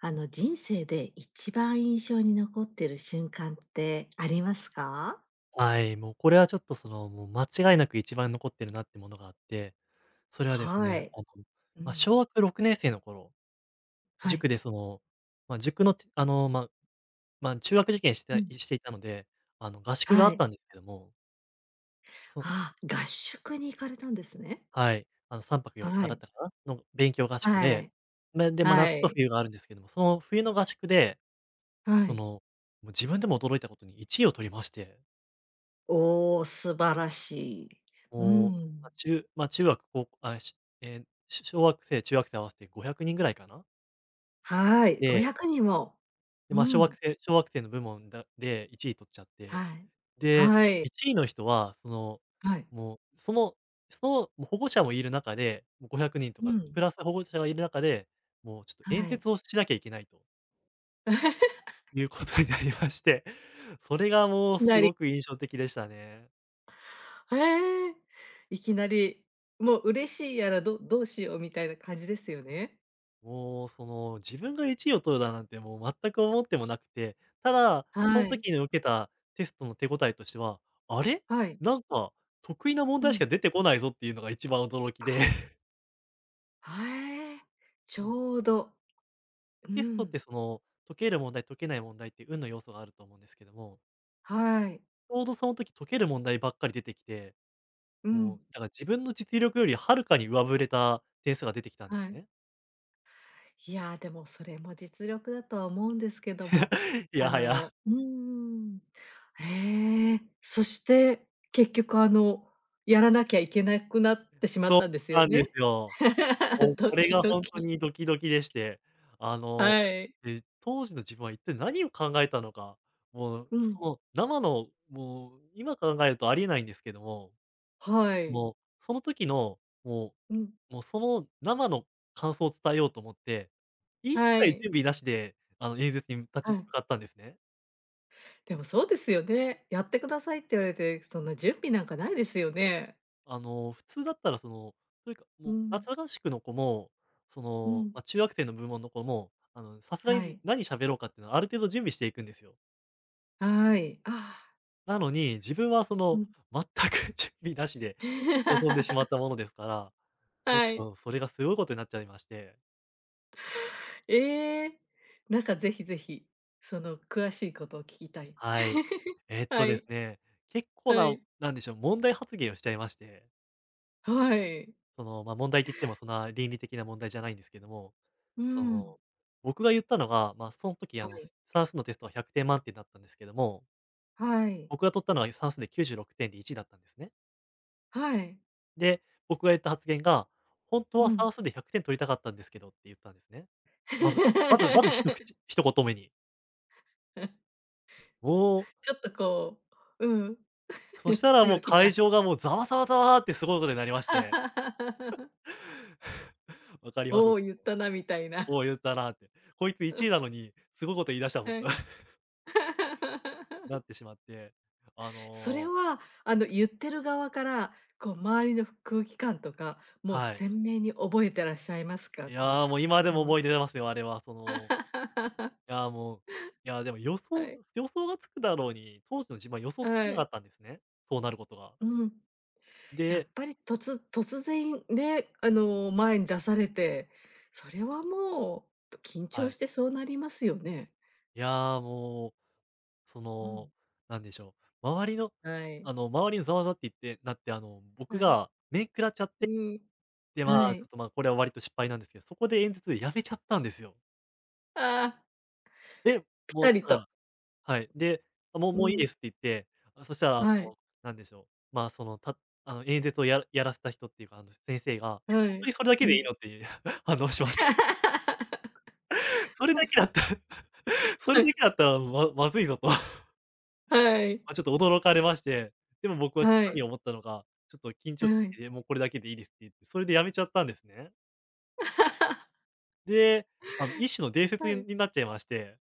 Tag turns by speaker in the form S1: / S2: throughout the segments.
S1: 人生で一番印象に残ってる瞬間ってありますか？
S2: はい、もうこれはちょっともう間違いなく一番残ってるなってものがあって、それはです
S1: は
S2: ね、
S1: い。う
S2: まあ、
S1: ん。
S2: 小学6年生の頃、
S1: は
S2: 塾
S1: い。
S2: でまあ、塾の、てあの、まあまあ、中学受験し
S1: う
S2: て
S1: ん。
S2: たいしていたので、合宿があ
S1: は
S2: っ
S1: い。
S2: たんですけども、そ
S1: あ、合宿に行かれたんですね。
S2: はい、3泊4
S1: は
S2: 日だっ
S1: い。
S2: たかなの勉強合宿
S1: は
S2: で、
S1: い。
S2: で、まあ、
S1: は
S2: 夏と
S1: い。
S2: 冬があるんですけども、その冬の合宿で、
S1: は
S2: そ
S1: い。
S2: の、もう自分でも驚いたことに1位を取りまして。
S1: おお、素晴らしい。う
S2: もう、
S1: ん。
S2: ま、ちま、中学、こうあ、しええ、し小学生、中学生合わせて500人ぐらいかな、
S1: はい、
S2: い
S1: 500
S2: て、
S1: 人も。
S2: で、
S1: う
S2: 小学
S1: ん。
S2: 生小学生の部門で1位取っちゃって、
S1: はい。
S2: で、
S1: はい。
S2: 1位の人は、その、
S1: はい。
S2: もう、そのその、も、保護者もいる中で、もう500人と
S1: う
S2: か、
S1: ん。
S2: プラス保護者がいる中で、もうちょっと
S1: は
S2: 演
S1: い。
S2: 説をしなきゃいけないと いうことになりまして、それがもうす
S1: なり
S2: ごく印象的でしたね。
S1: へえ。いきなり、もう嬉しいやら、どうしようみたいな感じですよね。
S2: もう、自分が1位を取るだなんて、もう全く思ってもなくて、ただ、そ
S1: はい。
S2: の
S1: はい。
S2: 時に受けたテストの手応えとしては、あれ、なんか得意な問
S1: う
S2: 題しか
S1: ん。
S2: 出てこないぞっていうのが一番驚きで、
S1: へえ、ち
S2: もう
S1: ょうど。う
S2: テストって
S1: ん。
S2: 解ける問題、解けない問題って運の要素があると思うんですけども、
S1: はい。
S2: ちょうどその時解ける問題ばっかり出てきて、
S1: う
S2: もう、
S1: ん。
S2: だから自分の実力よりはるかに上振れた点数が出てきたんで
S1: は
S2: す
S1: い。
S2: ね。
S1: いや、でもそれも実力だとは思うんですけども、
S2: いやはや、
S1: うーん。へえ。そして、結局やらなきゃいけなくなってしまっ
S2: そう
S1: たんですよ
S2: なんで
S1: ね。
S2: すよ。もう
S1: ド
S2: これ
S1: キ
S2: が
S1: ド
S2: ほんと
S1: キ。
S2: にドキドキでして、あの、
S1: はい。
S2: で、当時の自分は一体何を考えたのか、もう
S1: う
S2: そ
S1: ん。
S2: の生の、もう今考えるとありえないんですけども、
S1: はい。
S2: もうその時の、も
S1: うん、
S2: うもうその生の感想を伝えようと思って、一切
S1: はい、
S2: 準備なしで、演説に立ち
S1: は
S2: 向
S1: い。
S2: かったんですね。
S1: でもそうですよね。やってくださいって言われて、そんな準備なんかないですよね。
S2: 普通だったらというか、
S1: う
S2: もう
S1: ん、
S2: 夏合宿の子も、
S1: うん、
S2: 中学生の部門の子も、さすがに
S1: はい、
S2: 何喋ろうかっていうのはある程度準備していくんですよ。
S1: はい、ああ、
S2: なのに、自分は
S1: うん。
S2: 全く 準備なしで臨んでしま ったものですから、ちょっ
S1: はい。
S2: とそれがすごいことになっちゃいまして。
S1: ええ、なんかぜひぜひ、その詳しいことを聞きたい。
S2: はい。えっ
S1: は
S2: とです
S1: い、
S2: ね、結構
S1: は
S2: な、
S1: い、
S2: なんでしょう、問題発言をしちゃいまして、
S1: はい、
S2: 問題って言ってもそんな倫理的な問題じゃないんですけども、
S1: う
S2: そ
S1: ん、
S2: の、僕が言ったのが、その時
S1: はい、
S2: 算数のテストは100点満点だったんですけども、
S1: はい、
S2: 僕が取ったのは算数で96点で1位だったんですね。
S1: はい、
S2: で、僕が言った発言が、「本当
S1: う
S2: は
S1: ん。
S2: 算数で100点取りたかったんですけど」って言ったんですね。まずまずまず一言目に。おお、
S1: ちょっとこう、うん、
S2: そし たらも
S1: 強
S2: う
S1: 気
S2: 会
S1: な。
S2: 場がもうざわざわざわってすごいことになりまして。わかりま
S1: おお、
S2: す。
S1: 言ったなみたいな。
S2: おお、言ったなって。こいつ
S1: う
S2: 1位
S1: ん、
S2: なのに、すごいこと言い出したぞ
S1: は
S2: と
S1: い。
S2: な ってしまって、あ
S1: それ
S2: の、
S1: は、言ってる側から、こう、周りの空気感とか、もう
S2: はい。
S1: 鮮明に覚えてらっしゃいますか？
S2: い
S1: こう、ざ
S2: や、
S1: わ
S2: もう
S1: ざ
S2: 今
S1: わ
S2: で
S1: ざ
S2: も
S1: わ
S2: 思い出ますよ、あれは。いや、もう、いや、でも予
S1: は
S2: 想
S1: い、
S2: 予想がつくだろうに、当時の自分は予想つか
S1: は
S2: なか
S1: い。
S2: ったんですね、そうなることが。
S1: うん。やっ
S2: で、
S1: ぱり突然ね、前に出されて、それはもう、緊
S2: は
S1: 張し
S2: い。
S1: てそうなりますよね。
S2: いや、もうそ
S1: う
S2: の、
S1: ん。
S2: なんでしょう、
S1: はい、
S2: 周りのざわざわって言ってなって、僕
S1: はい。
S2: が面食らっちゃっ
S1: う
S2: て、
S1: ん。
S2: で、ま
S1: は
S2: あ、ちょっ
S1: い。
S2: と、まあ、これは割と失敗なんですけど、そこで演説でやめちゃったんですよ。
S1: ああ。
S2: で、
S1: ぴ
S2: も
S1: た
S2: う
S1: り
S2: だか
S1: と。
S2: ら、はい。で、あ、もう
S1: う
S2: もういい
S1: ん。
S2: ですって言って、あ、そしたら、
S1: はい、
S2: なんでしょう、まあ、演説をやらせた人っていうか、先生が「え、
S1: は
S2: 当
S1: い。
S2: にそれだけ
S1: う
S2: でいい
S1: ん。
S2: の？」っていう 反応しました。それだけだったら そ
S1: は
S2: れ
S1: い、
S2: だけだったら、まずいぞと。
S1: はい、
S2: ま、ちょっと驚かれまして、でも僕は
S1: は
S2: 何
S1: い、
S2: を思ったのか、ちょっと緊
S1: は
S2: 張し
S1: い。
S2: てて、もうこれだけでいいですって言って、それでやめちゃったんですね。で、一種の伝説
S1: は
S2: に
S1: い、
S2: になっちゃいまして、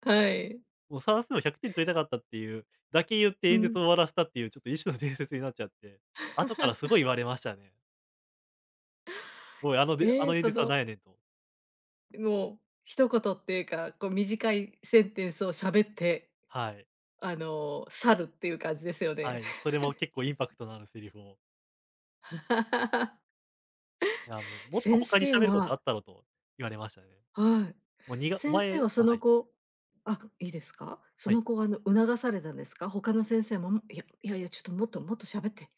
S1: はい。
S2: もう算数を100点取りたかったっていうだけ言って
S1: う
S2: 演
S1: ん。
S2: 説を終わらせたっていう、ちょっと一種の伝説になっちゃって、後からすご い言われましたね。おい、あのであ
S1: ええ、
S2: の演説はなんやねんと。
S1: もう一言っていうか、こう短いセンテンスを喋って、
S2: はい。
S1: 去るっていう感じですよ
S2: は
S1: ね。
S2: い。それも結構インパクトのあるセリフを、いやもうもっと
S1: 先
S2: 他に
S1: 生
S2: 喋ること
S1: は、
S2: あったろと言われましたね。
S1: はい。
S2: もうにがお
S1: 先生
S2: 前
S1: はそ
S2: あ、は
S1: の
S2: い。
S1: 後、あ、いいですか？そ
S2: は
S1: の
S2: い。
S1: 子は促されたんですか？他の先生も、いやいやいや、ちょっともっともっと喋ってっ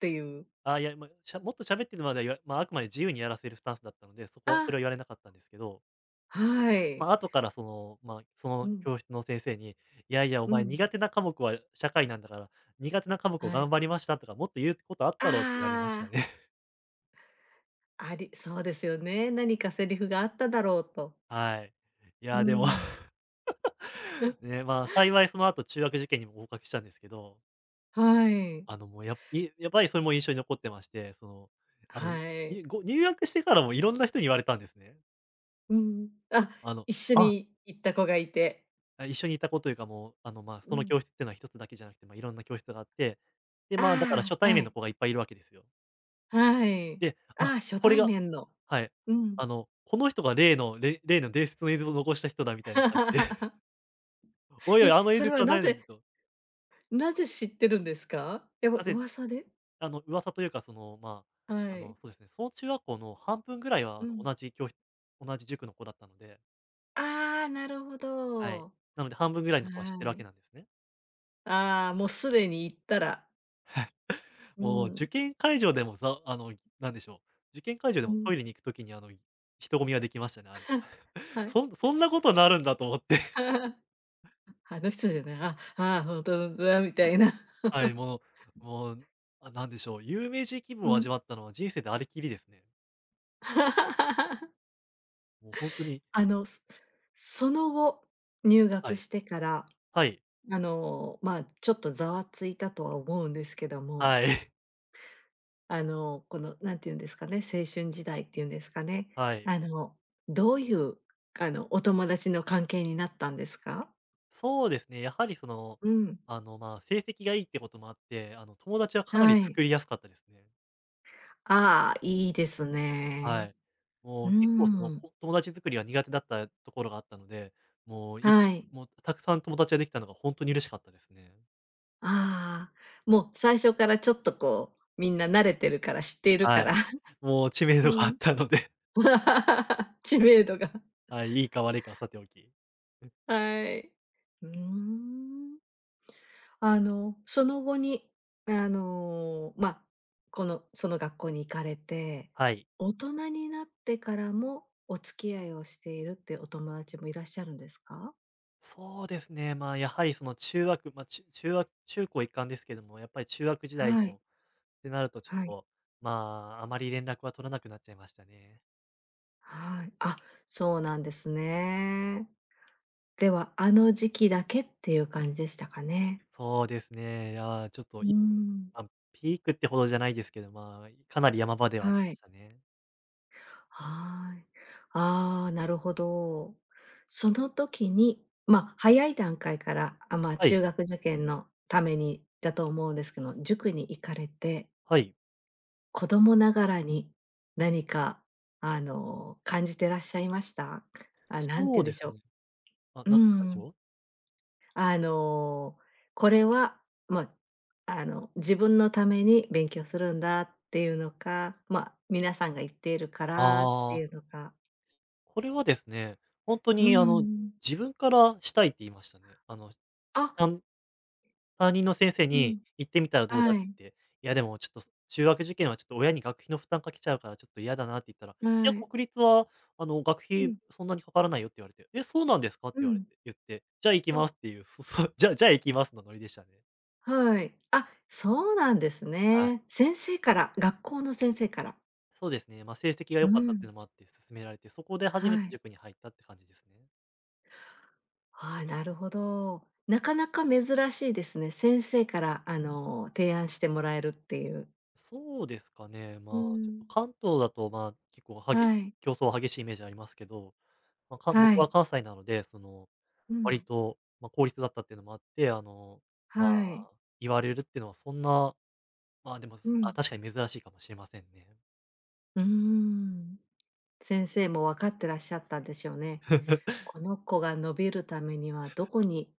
S1: ていう。
S2: ああ、いや、もっと喋ってるまでは言わ、あくまで自由にやらせるスタンスだったので、そこはそれ
S1: あ、
S2: は言われなかったんですけど、
S1: はい。
S2: ま、後からま、そ
S1: う
S2: の
S1: ん、
S2: 教室の先生に、いやいやお
S1: う
S2: 前苦
S1: ん、
S2: 手な科目は社会なんだから、苦手な科目を
S1: はい。
S2: 頑張りましたとか、もっと言うことあっ
S1: あ
S2: たろって言われましたね。
S1: あ、ありそうですよね。何かセリフがあっただろうと。
S2: はい。い
S1: う
S2: や、でも、
S1: ん。え、
S2: ね、ま、幸いその後中学受験にも合格したんですけど、
S1: はい。
S2: もういやっぱりそれも印象に残ってまして、その、あの、
S1: はい。
S2: ご入学してからもいろんな人に言われたんですね。
S1: うん。あ、
S2: あの、
S1: 一緒
S2: あ
S1: に行った子がいて。
S2: あ、一緒にいた子というか、もう、まあ、
S1: う
S2: その
S1: ん。
S2: 教室っていうのは一つだけじゃなくて、まあ、いろんな教室があって、で、まあ、だから
S1: あ
S2: 初
S1: あ、
S2: 対
S1: は
S2: 面の
S1: い。
S2: 子がいっぱいいるわけですよ。
S1: はい。
S2: で、
S1: あ
S2: あ、
S1: あ、初
S2: これ
S1: 対
S2: が、
S1: 面の。
S2: はい。
S1: うん。
S2: この人が例の伝説の演説を残した人だみたいな感じで、おいおい、
S1: え、
S2: あの演
S1: それ
S2: 説
S1: は
S2: は
S1: な
S2: 何ねん
S1: ぜ
S2: と。
S1: なぜ知ってるんですか？やっぱ
S2: なぜ、
S1: 噂で？
S2: 噂というか、その、まあ、
S1: はい。
S2: そうですね、その中学校の半分ぐらいは、
S1: うん。
S2: 同じ塾の子だったので、
S1: ああ、なるほ
S2: はい。
S1: ど。
S2: なので半分ぐらいの子は知ってる
S1: は
S2: わけ
S1: い。
S2: なんですね。
S1: ああ、もうすでに行ったら。う
S2: もう
S1: ん。
S2: 受験会場でもさ、なんでしょう、受験会場で
S1: う
S2: も
S1: ん。
S2: トイレに行くときに、人混みができましたね。あの
S1: は い。
S2: そんなことなるんだと思って。
S1: あの人じゃない、あ、ああ本当だみたいな。
S2: はい、もう、あ、なんでしょう、有名人気分
S1: う
S2: を
S1: ん。
S2: 味わったのは人生でありきりですね。もう本当に、
S1: あの、そその後、入
S2: は
S1: 学
S2: い。
S1: してから、
S2: はい。
S1: ちょっとざわついたとは思うんですけども、
S2: はい。
S1: この、なんていうんですかね、青春時代っていうんですかね。
S2: はい。
S1: あの、どういう、お友達の関係になったんですか？
S2: そうですね、やはりその、
S1: うん。
S2: まあ、成績がいいってこともあって、友達はかな
S1: は
S2: り
S1: い。
S2: 作りやすかったですね。
S1: ああ、いいです
S2: は
S1: ね。
S2: い。も
S1: う
S2: う結構その、
S1: ーん。
S2: 友達作りが苦手だったところがあったので、もうい
S1: はい。
S2: もうたくさん友達ができたのがほんとに嬉しかったですね。
S1: ああ、もう最初からちょっとこう、みんな慣れてるから、知っているか
S2: は
S1: ら。
S2: い。もう知名
S1: う
S2: 度があっ
S1: ん。
S2: たので、
S1: 知名度が。
S2: はい、いいか悪いかはさておき。
S1: はい。うーん。その後に、あの、ま、あこの、その学校に行かれて、
S2: はい。
S1: 大人になってからもお付き合いをしているってお友達もいらっしゃるんですか？
S2: そうですね、まあ、やはりその中学、中学中高一貫ですけども、やっぱり中学時代
S1: は
S2: の
S1: い、
S2: ってなるとちょっ
S1: はい。
S2: と、まあ、あまり連絡は取らなくなっちゃいましたね。
S1: はい。あ、そうなんですね。では、あの時期だけっていう感じでしたかね？
S2: そうですね、いや、ちょっと、
S1: うーん。
S2: まあ、ピークってほどじゃないですけど、まあ、かなり山場ではあり
S1: は
S2: ま
S1: い。
S2: したね。
S1: はーい。ああ、なるほど。その時に、早い段階から、
S2: は
S1: 中
S2: い、
S1: 学受験のためにだと思うんですけど、塾に行かれて、
S2: はい。
S1: 子供ながらに何か、感じてらっしゃいました？あ、なん
S2: そ
S1: て言
S2: う
S1: うんで
S2: で
S1: し
S2: す
S1: ょ
S2: ね。あ、
S1: う。う
S2: ななんでし
S1: ん。
S2: ょう？
S1: あの、これは、まあ、自分のために勉強するんだっていうのか、皆さんが言っているからって
S2: ああ、
S1: いうのか。
S2: これはですね、ほんと
S1: う
S2: に
S1: ん。
S2: 自分からしたいって言いましたね。
S1: あ、
S2: たん担任の先生
S1: う
S2: に
S1: ん。
S2: 「行ってみたらどうだ？」
S1: は
S2: って
S1: い。
S2: 言って「いやでもちょっと、中学受験はちょっと親に学費の負担かけちゃうからちょっと嫌だな」って言ったら「い
S1: は
S2: や、
S1: い。
S2: 国立は学
S1: う
S2: 費
S1: ん。
S2: そんなにかからないよ」って言われて「え、そうなんですか？」って
S1: う
S2: 言われ
S1: ん。
S2: て言って「じゃあ行き
S1: あ、
S2: ます」っていう、じゃあ行きますのノリでしたね。
S1: はい。あ、そうなんです
S2: はい。
S1: ね。先生から、学校の先生から。
S2: そうですね。成績が
S1: う
S2: 良かったって
S1: ん。
S2: いうのもあって勧められて、そこで初め
S1: は
S2: て
S1: い。
S2: 塾に入ったって感じですね。
S1: ああ、なるほど。なかなか珍しいですね。先生から、提案してもらえるっていう。
S2: そうですかね、
S1: う
S2: ちょっ
S1: ん。
S2: と関東だと、結構はげ
S1: はい。
S2: 競争は激しいイメージありますけど、
S1: は
S2: 僕は
S1: い。
S2: 関西なので、その、
S1: う
S2: 割
S1: ん。
S2: と、公立だったっていうのもあって、
S1: は
S2: ま
S1: い。
S2: あ、言われるっていうのはそんな、でも、
S1: う
S2: あ、
S1: ん。
S2: 確かに珍しいかもしれませんね。
S1: うーん。先生も分かってらっしゃったんでしょうね。この子が伸びるためにはどこに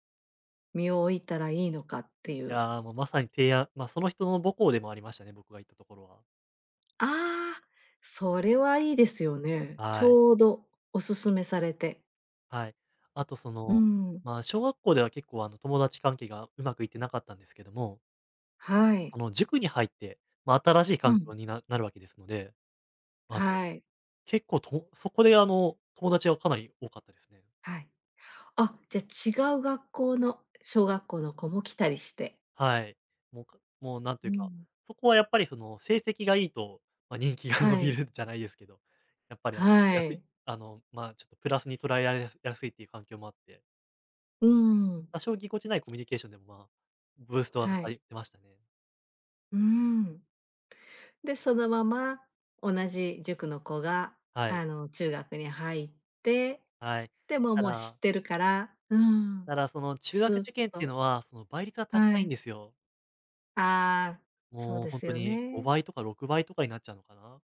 S1: 身を置いたらいいのかってい
S2: い
S1: う。
S2: やー、もうまさに提案ま、その人の母校でもありましたね、僕が行ったところは。
S1: ああ、それはいいですよね。ち
S2: はい。
S1: ょうどおすすめされて。
S2: はい。あとそ
S1: う
S2: の、
S1: ん。
S2: 小学校では結構友達関係がうまくいってなかったんですけども、
S1: はい。
S2: その塾に入って、まあ、新しい
S1: う
S2: 環
S1: ん。
S2: 境に␣ななるわけですので、あの、
S1: はい。
S2: 結構そこであの、友達がかなり多かったですね。
S1: はい。あ、じゃあ違う学校の小学校の子も来たりして。
S2: はい。もうなんと
S1: う
S2: いうか、
S1: ん。
S2: そこはやっぱりその成績がいいと、人気が 伸
S1: は
S2: び
S1: い。
S2: るじゃないですけど、やっぱりあの、でき
S1: は
S2: やすい、
S1: い。
S2: あの、ちょっとプラスに捉えられやすいっていう環境もあって、
S1: うん。
S2: 多少ぎこちないコミュニケーションでもブーストはか
S1: は
S2: かっ
S1: い。
S2: てましたね。
S1: うん。で、そのまま同じ塾の子が、
S2: はい。
S1: 中学に入って、
S2: は
S1: でも
S2: い。た
S1: もう知
S2: だ
S1: ってるから、うん、
S2: ただ、その中
S1: ス
S2: 学
S1: ーッ
S2: 受験っていう
S1: と
S2: のは、その倍率が
S1: は
S2: 高いん
S1: い。
S2: ですよ。
S1: ああ、そう
S2: もう
S1: で
S2: ほん
S1: す
S2: と
S1: よ
S2: に
S1: ね。
S2: 5倍とか6倍とかになっちゃうのかな。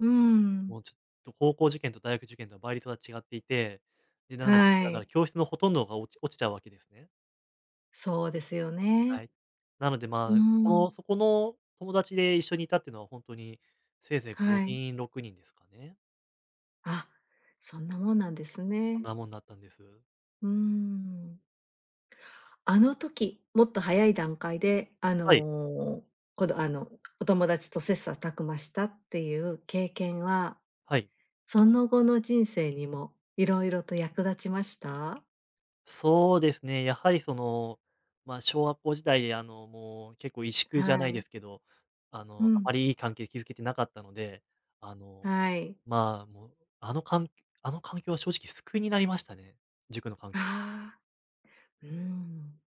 S1: うん。
S2: もうちょっと高校受験と大学受験とは倍率が違っていて、で、
S1: は
S2: なので、だから
S1: い。
S2: 教室のほとんどが落ちちゃうわけですね。
S1: そうですよね。
S2: はい。なので、
S1: う
S2: まあ、そこ
S1: ん。
S2: のそこの友達で一緒にいたっていうのはほんとに、せいぜい
S1: はい。
S2: 5人6人ですかね。
S1: あ、そんなもんなんです
S2: あん
S1: ね。
S2: なもんだったんです。
S1: うん。あの時、もっと早い段階で、あ
S2: はい、
S1: の、こどあの、お友達と切磋琢磨したっていう経験は、
S2: はい。
S1: その後の人生にもいろいろと役立ちました？
S2: そうですね、やはりその、小学校時代で、あの、もう結構萎縮じゃ
S1: は
S2: ないで
S1: い。
S2: すけど、あ
S1: う
S2: の、あ
S1: ん。
S2: まりいい関係築けてなかったので、あの、
S1: はい。
S2: まあ、もう、あの環あの環境は正直救いになりましたね、塾の環
S1: あ
S2: 境は。
S1: あ、うん。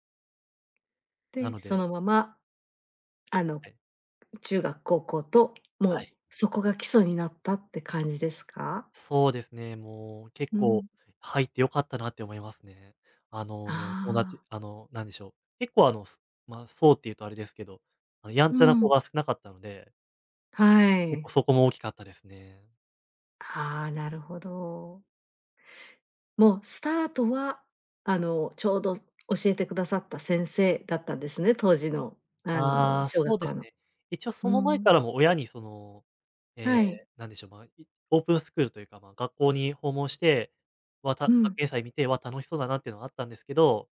S2: な
S1: で、
S2: の
S1: そ
S2: で、
S1: のままあの、
S2: はい、
S1: 中学、高校と、
S2: は
S1: もう
S2: い。
S1: そこが基礎になったって感じですか？
S2: そうですね、もう結
S1: う
S2: 構
S1: ん。
S2: 入って良かったなって思いますね。あの、
S1: あ
S2: もう友達
S1: あ。
S2: あの、なんでしょう、結構そうっていうとあれですけど、あの、やん
S1: う
S2: ちゃな子
S1: ん。
S2: が少なかったので、
S1: は
S2: 結構
S1: い。
S2: そこも大きかったですね。
S1: ああ、なるほど。もうスタートは、ちょうど教えてくださった先生だったんですね、当時の、
S2: ああ、
S1: 小
S2: そ
S1: 学
S2: うで
S1: 校
S2: す
S1: の。
S2: ね。一応そ
S1: う
S2: の前か
S1: ん。
S2: らも親にその、ええ、
S1: はい。
S2: なんでしょう、オープンスクールというか、まあ、学校に訪問して、
S1: うん。
S2: 学園祭見て、わ、楽しそうだなっていうのはあったんですけど、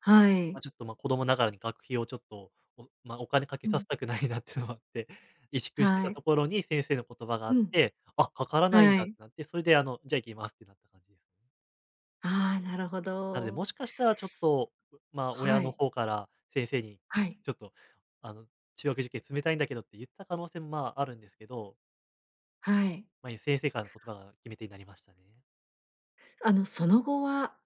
S1: はい。
S2: ちょっと、子供ながらに学費をちょっと、お金かけ
S1: う
S2: さ
S1: ん。
S2: せたくないなっていうのもあって、萎縮して
S1: は
S2: た
S1: い。
S2: ところに先生の言葉があ
S1: う
S2: っ
S1: ん。
S2: て、あ、かからないん
S1: は
S2: だって
S1: い。
S2: なって、それであの、じゃあ行きますってなった感じですね。
S1: ああ、なるほ
S2: なので、
S1: ど。
S2: もしかしたらちょっ
S1: す
S2: と、まあ親
S1: は
S2: の
S1: い。
S2: 方から先生に
S1: は い。
S2: ちょっと、あの、中学受験冷たいんだけどって言った可能性も、まあ、あるんですけど、
S1: はい。
S2: 先生からの言葉が決め手になりましたね。
S1: その後は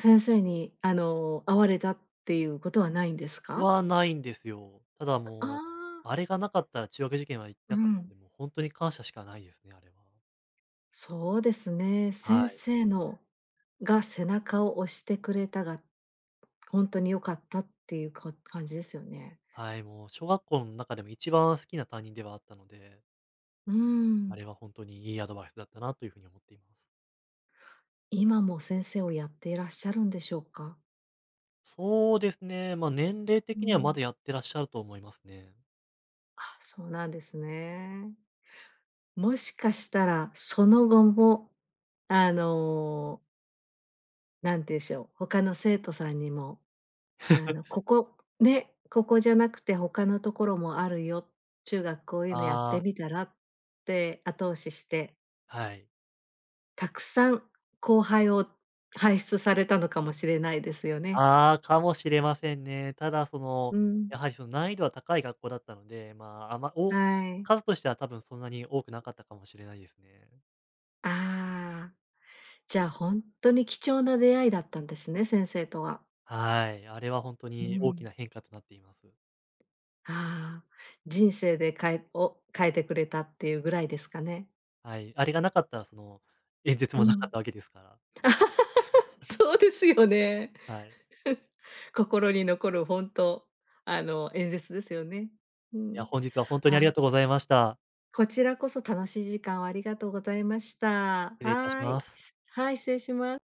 S1: 先生に、会われたっていうことはないんですか？
S2: ないんですよ。ただ
S1: あ
S2: もう、
S1: あ、
S2: あれがなかったら中学受験は行って
S1: う
S2: なかったん
S1: ん。
S2: で、もうほに感謝しかないですね、あれは。
S1: そうですね。
S2: は
S1: 先
S2: い。
S1: 生のが背中を押してくれたが、本当に良かったっていうか感じですよね。
S2: はい、もう小学校の中でも一番好きな担任ではあったので、
S1: う
S2: あ
S1: ん。
S2: れは本当にいいアドバイスだったなというふうに思っています。
S1: 今も先生をやっていらっしゃるんでしょうか？
S2: そうですね、まあ、年齢
S1: う
S2: 的にはま
S1: ん。
S2: だやってらっしゃると思いますね。
S1: あ、そうなんですね。もしかしたら、その後も、あの、なんて言うんでしょう、他の生徒さんにもここじゃなくて他のところもあるよ、中学こういうのやっ
S2: あ
S1: て
S2: あ、
S1: みたらって後押しして、
S2: はい。
S1: たくさん後輩を輩出されたのかもしれないですよね。
S2: ああ、かもしれませんね。ただそ
S1: う
S2: の、
S1: ん、
S2: やはりその難易度は高い学校だったので、まあ、あま
S1: は
S2: お
S1: い。
S2: 数としては多分そんなに多くなかったかもしれないですね。
S1: ああ、じゃあ本当に貴重な出会いだったんですね、先生とは。
S2: はい。あれは本当
S1: う
S2: に大き
S1: ん。
S2: な変化となっています。
S1: ああ、人生で変えてくれたっていうぐらいですかね。
S2: はい。あれがなかったらその、演説
S1: う
S2: もなか
S1: ん。
S2: ったわけですから。
S1: そうですよね。
S2: はい。
S1: 心に残る本当、演説ですよね。う
S2: いや、
S1: ん。
S2: 本日は本当にありが
S1: あ、
S2: とうございました。
S1: こちらこそ楽しい時間をありがとうございました。
S2: 失礼いたし
S1: はい。
S2: ます。
S1: はい、失礼します。